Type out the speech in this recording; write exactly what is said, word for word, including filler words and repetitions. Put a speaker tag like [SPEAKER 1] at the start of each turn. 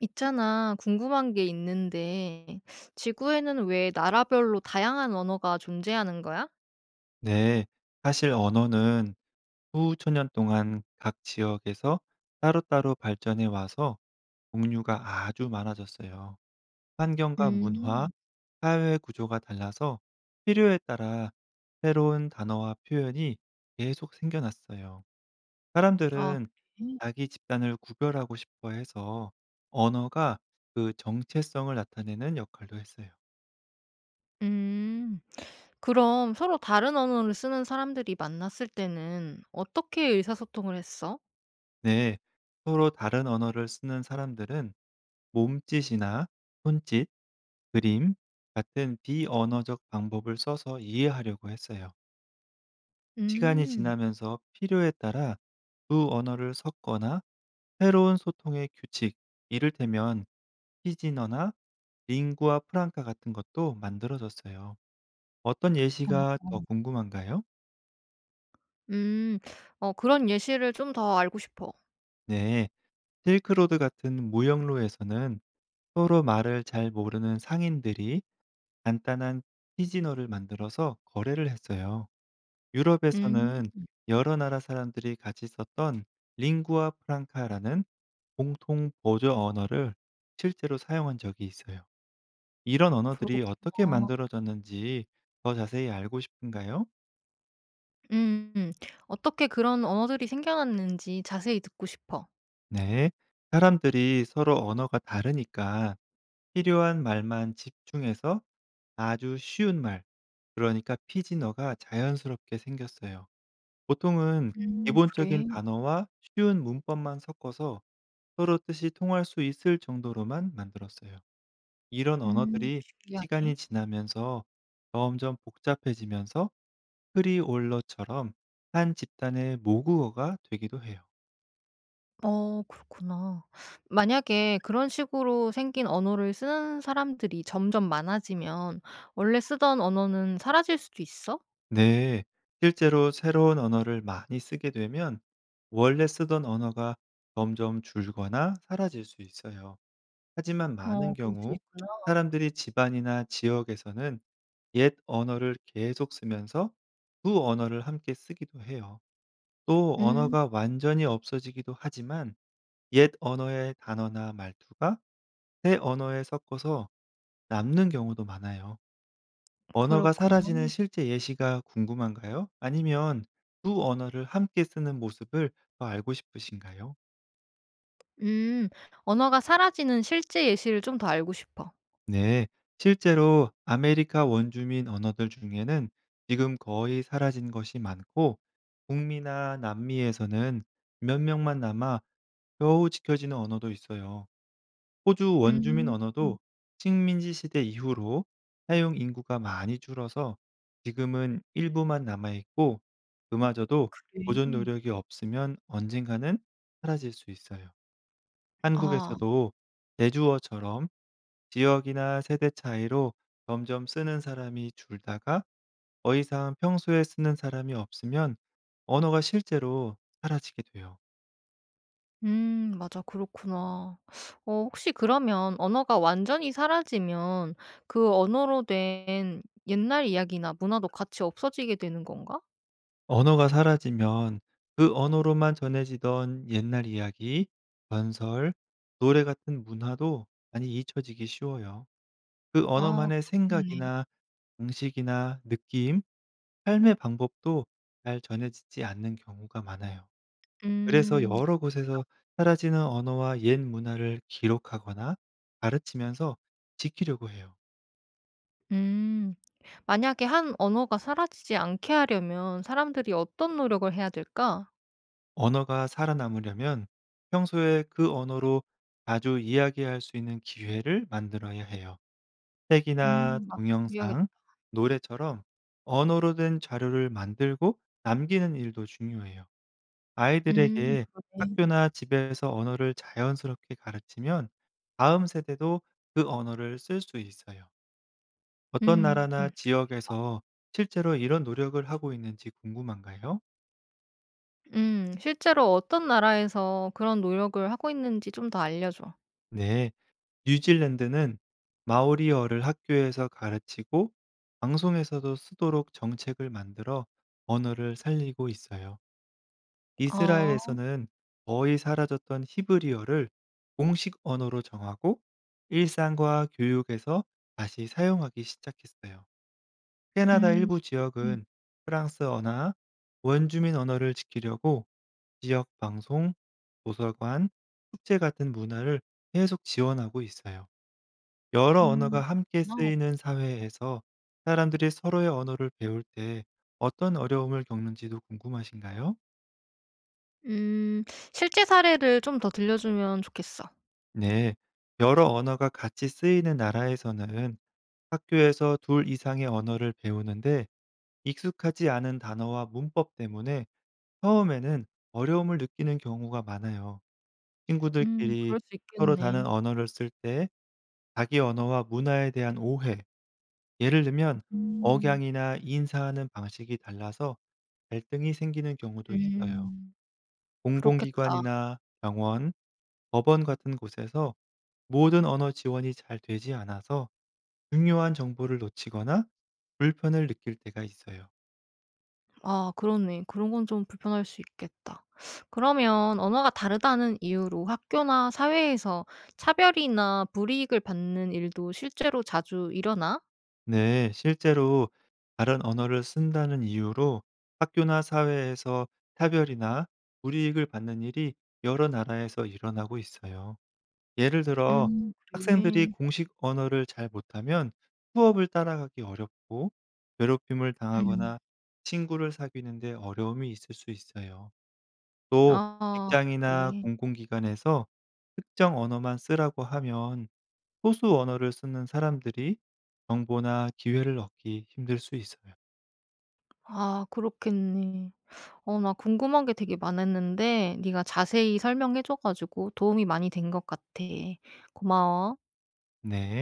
[SPEAKER 1] 있잖아, 궁금한 게 있는데, 지구에는 왜 나라별로 다양한 언어가 존재하는 거야?
[SPEAKER 2] 네, 사실 언어는 수천 년 동안 각 지역에서 따로따로 발전해 와서 종류가 아주 많아졌어요.
[SPEAKER 1] 음,
[SPEAKER 2] 환경과 문화,
[SPEAKER 1] 음.
[SPEAKER 2] 사회 구조가 달라서 필요에 따라 새로운 단어와 표현이 계속 생겨났어요.
[SPEAKER 1] 아,
[SPEAKER 2] 사람들은
[SPEAKER 1] 그래.
[SPEAKER 2] 자기 집단을 구별하고 싶어 해서 언어가 그 정체성을 나타내는 역할도 했어요.
[SPEAKER 1] 음. 그럼 서로 다른 언어를 쓰는 사람들이 만났을 때는 어떻게 의사소통을 했어?
[SPEAKER 2] 네, 서로 다른 언어를 쓰는 사람들은 몸짓이나 손짓, 그림 같은 비언어적 방법을 써서 이해하려고 했어요. 시간이
[SPEAKER 1] 음,
[SPEAKER 2] 지나면서 필요에 따라 두 언어를 섞거나 새로운 소통의 규칙, 이를테면 피진어나 링구아 프랑카 같은 것도 만들어졌어요. 어떤 예시가 더
[SPEAKER 1] 어,
[SPEAKER 2] 궁금한가요?
[SPEAKER 1] 음. 어, 그런 예시를 좀 더 알고 싶어.
[SPEAKER 2] 네, 실크로드 같은 무역로에서는 서로 말을 잘 모르는 상인들이 간단한 피진어를 만들어서 거래를 했어요.
[SPEAKER 1] 음,
[SPEAKER 2] 유럽에서는
[SPEAKER 1] 음.
[SPEAKER 2] 여러 나라 사람들이 같이 썼던 링구아 프랑카라는 공통 보조 언어를 실제로 사용한 적이 있어요. 이런 언어들이 어떻게
[SPEAKER 1] 그렇구나.
[SPEAKER 2] 만들어졌는지 더 자세히 알고 싶은가요?
[SPEAKER 1] 음, 어떻게 그런 언어들이 생겨났는지 자세히 듣고 싶어.
[SPEAKER 2] 네. 사람들이 서로 언어가 다르니까 필요한 말만 집중해서 아주 쉬운 말, 그러니까 피지어가 자연스럽게 생겼어요. 보통은
[SPEAKER 1] 음, 음, 그래.
[SPEAKER 2] 기본적인
[SPEAKER 1] 음,
[SPEAKER 2] 단어와 쉬운 문법만 섞어서 서로 뜻이 통할 수 있을 정도로만 만들었어요. 이런
[SPEAKER 1] 음.
[SPEAKER 2] 언어들이
[SPEAKER 1] 신기하네.
[SPEAKER 2] 시간이 지나면서 점점 복잡해지면서 크리올러처럼 한 집단의 모국어가 되기도 해요.
[SPEAKER 1] 어, 그렇구나. 만약에 그런 식으로 생긴 언어를 쓰는 사람들이 점점 많아지면 원래 쓰던 언어는 사라질 수도 있어?
[SPEAKER 2] 네. 실제로 새로운 언어를 많이 쓰게 되면 원래 쓰던 언어가 점점 줄거나 사라질 수 있어요. 하지만 많은
[SPEAKER 1] 어, 그럴 수
[SPEAKER 2] 경우
[SPEAKER 1] 있구나.
[SPEAKER 2] 사람들이 집안이나 지역에서는 옛 언어를 계속 쓰면서 두 언어를 함께 쓰기도 해요. 또
[SPEAKER 1] 음
[SPEAKER 2] 언어가 완전히 없어지기도 하지만 옛 언어의 단어나 말투가 새 언어에 섞어서 남는 경우도 많아요. 언어가 사라지는
[SPEAKER 1] 그렇구나.
[SPEAKER 2] 실제 예시가 궁금한가요? 아니면 두 언어를 함께 쓰는 모습을 더 알고 싶으신가요?
[SPEAKER 1] 음 언어가 사라지는 실제 예시를 좀 더 알고 싶어.
[SPEAKER 2] 네. 실제로 아메리카 원주민 언어들 중에는 지금 거의 사라진 것이 많고 북미나 남미에서는 몇 명만 남아 겨우 지켜지는 언어도 있어요. 호주 원주민
[SPEAKER 1] 음.
[SPEAKER 2] 언어도 식민지 시대 이후로 사용 인구가 많이 줄어서 지금은 일부만 남아있고 그마저도
[SPEAKER 1] 그래.
[SPEAKER 2] 보존 노력이 없으면 언젠가는 사라질 수 있어요.
[SPEAKER 1] 아.
[SPEAKER 2] 한국에서도 대주어처럼 지역이나 세대 차이로 점점 쓰는 사람이 줄다가 더 이상 평소에 쓰는 사람이 없으면 언어가 실제로 사라지게 돼요.
[SPEAKER 1] 음, 맞아. 그렇구나. 어, 혹시 그러면 언어가 완전히 사라지면 그 언어로 된 옛날 이야기나 문화도 같이 없어지게 되는 건가?
[SPEAKER 2] 언어가 사라지면 그 언어로만 전해지던 옛날 이야기, 전설, 노래 같은 문화도 많이 잊혀지기 쉬워요. 그
[SPEAKER 1] 아,
[SPEAKER 2] 언어만의
[SPEAKER 1] 그렇겠네.
[SPEAKER 2] 생각이나 방식이나 느낌, 삶의 방법도 잘 전해지지 않는 경우가 많아요. 그래서
[SPEAKER 1] 음.
[SPEAKER 2] 여러 곳에서 사라지는 언어와 옛 문화를 기록하거나 가르치면서 지키려고 해요.
[SPEAKER 1] 음. 만약에 한 언어가 사라지지 않게 하려면 사람들이 어떤 노력을 해야 될까?
[SPEAKER 2] 언어가 살아남으려면 평소에 그 언어로 자주 이야기할 수 있는 기회를 만들어야 해요.
[SPEAKER 1] 음
[SPEAKER 2] 책이나
[SPEAKER 1] 음. 나도 그래야겠
[SPEAKER 2] 동영상,
[SPEAKER 1] 다
[SPEAKER 2] 노래처럼 언어로 된 자료를 만들고 남기는 일도 중요해요.
[SPEAKER 1] 음
[SPEAKER 2] 아이들에게
[SPEAKER 1] 그러네.
[SPEAKER 2] 학교나 집에서 언어를 자연스럽게 가르치면 다음 세대도 그 언어를 쓸 수 있어요. 어떤
[SPEAKER 1] 음.
[SPEAKER 2] 나라나
[SPEAKER 1] 음. 그렇겠다.
[SPEAKER 2] 지역에서 실제로 이런 노력을 하고 있는지 궁금한가요?
[SPEAKER 1] 음. 실제로 어떤 나라에서 그런 노력을 하고 있는지 좀 더 알려줘.
[SPEAKER 2] 네. 뉴질랜드는 마오리어를 학교에서 가르치고 방송에서도 쓰도록 정책을 만들어 언어를 살리고 있어요.
[SPEAKER 1] 아.
[SPEAKER 2] 이스라엘에서는 거의 사라졌던 히브리어를 공식 언어로 정하고 일상과 교육에서 다시 사용하기 시작했어요. 캐나다
[SPEAKER 1] 음.
[SPEAKER 2] 일부
[SPEAKER 1] 그래. 음.
[SPEAKER 2] 지역은 프랑스어나 원주민 언어를 지키려고 지역 방송, 도서관, 축제 같은 문화를 계속 지원하고 있어요. 여러
[SPEAKER 1] 음,
[SPEAKER 2] 언어가 함께
[SPEAKER 1] 그렇구나.
[SPEAKER 2] 쓰이는 사회에서 사람들이 서로의 언어를 배울 때 어떤 어려움을 겪는지도 궁금하신가요?
[SPEAKER 1] 음. 실제 사례를 좀 더 들려주면 좋겠어.
[SPEAKER 2] 네, 여러 언어가 같이 쓰이는 나라에서는 학교에서 둘 이상의 언어를 배우는데 익숙하지 않은 단어와 문법 때문에 처음에는 어려움을 느끼는 경우가 많아요.
[SPEAKER 1] 음.
[SPEAKER 2] 친구들끼리
[SPEAKER 1] 그럴 수
[SPEAKER 2] 서로 다른
[SPEAKER 1] 있겠네.
[SPEAKER 2] 언어를 쓸 때 자기 언어와 문화에 대한 오해, 예를 들면
[SPEAKER 1] 음.
[SPEAKER 2] 억양이나 인사하는 방식이 달라서 갈등이 생기는 경우도
[SPEAKER 1] 음.
[SPEAKER 2] 있어요.
[SPEAKER 1] 음. 그렇겠다.
[SPEAKER 2] 공공기관이나 병원, 법원 같은 곳에서 모든 언어 지원이 잘 되지 않아서 중요한 정보를 놓치거나 불편을 느낄 때가 있어요.
[SPEAKER 1] 아, 그렇네. 그런 건 좀 불편할 수 있겠다. 그러면 언어가 다르다는 이유로 학교나 사회에서 차별이나 불이익을 받는 일도 실제로 자주 일어나?
[SPEAKER 2] 네, 실제로 다른 언어를 쓴다는 이유로 학교나 사회에서 차별이나 불이익을 받는 일이 여러 나라에서 일어나고 있어요. 예를 들어
[SPEAKER 1] 음,
[SPEAKER 2] 학생들이
[SPEAKER 1] 그래.
[SPEAKER 2] 공식 언어를 잘 못하면 수업을 따라가기 어렵고 괴롭힘을
[SPEAKER 1] 음.
[SPEAKER 2] 당하거나 친구를 사귀는데 어려움이 있을 수 있어요. 또
[SPEAKER 1] 아,
[SPEAKER 2] 직장이나
[SPEAKER 1] 그래.
[SPEAKER 2] 공공기관에서 특정 언어만 쓰라고 하면 소수 언어를 쓰는 사람들이 정보나 기회를 얻기 힘들 수 있어요.
[SPEAKER 1] 아, 그렇겠네. 어, 나 궁금한 게 되게 많았는데 네가 자세히 설명해 줘 가지고 도움이 많이 된 것 같아. 고마워.
[SPEAKER 2] 네.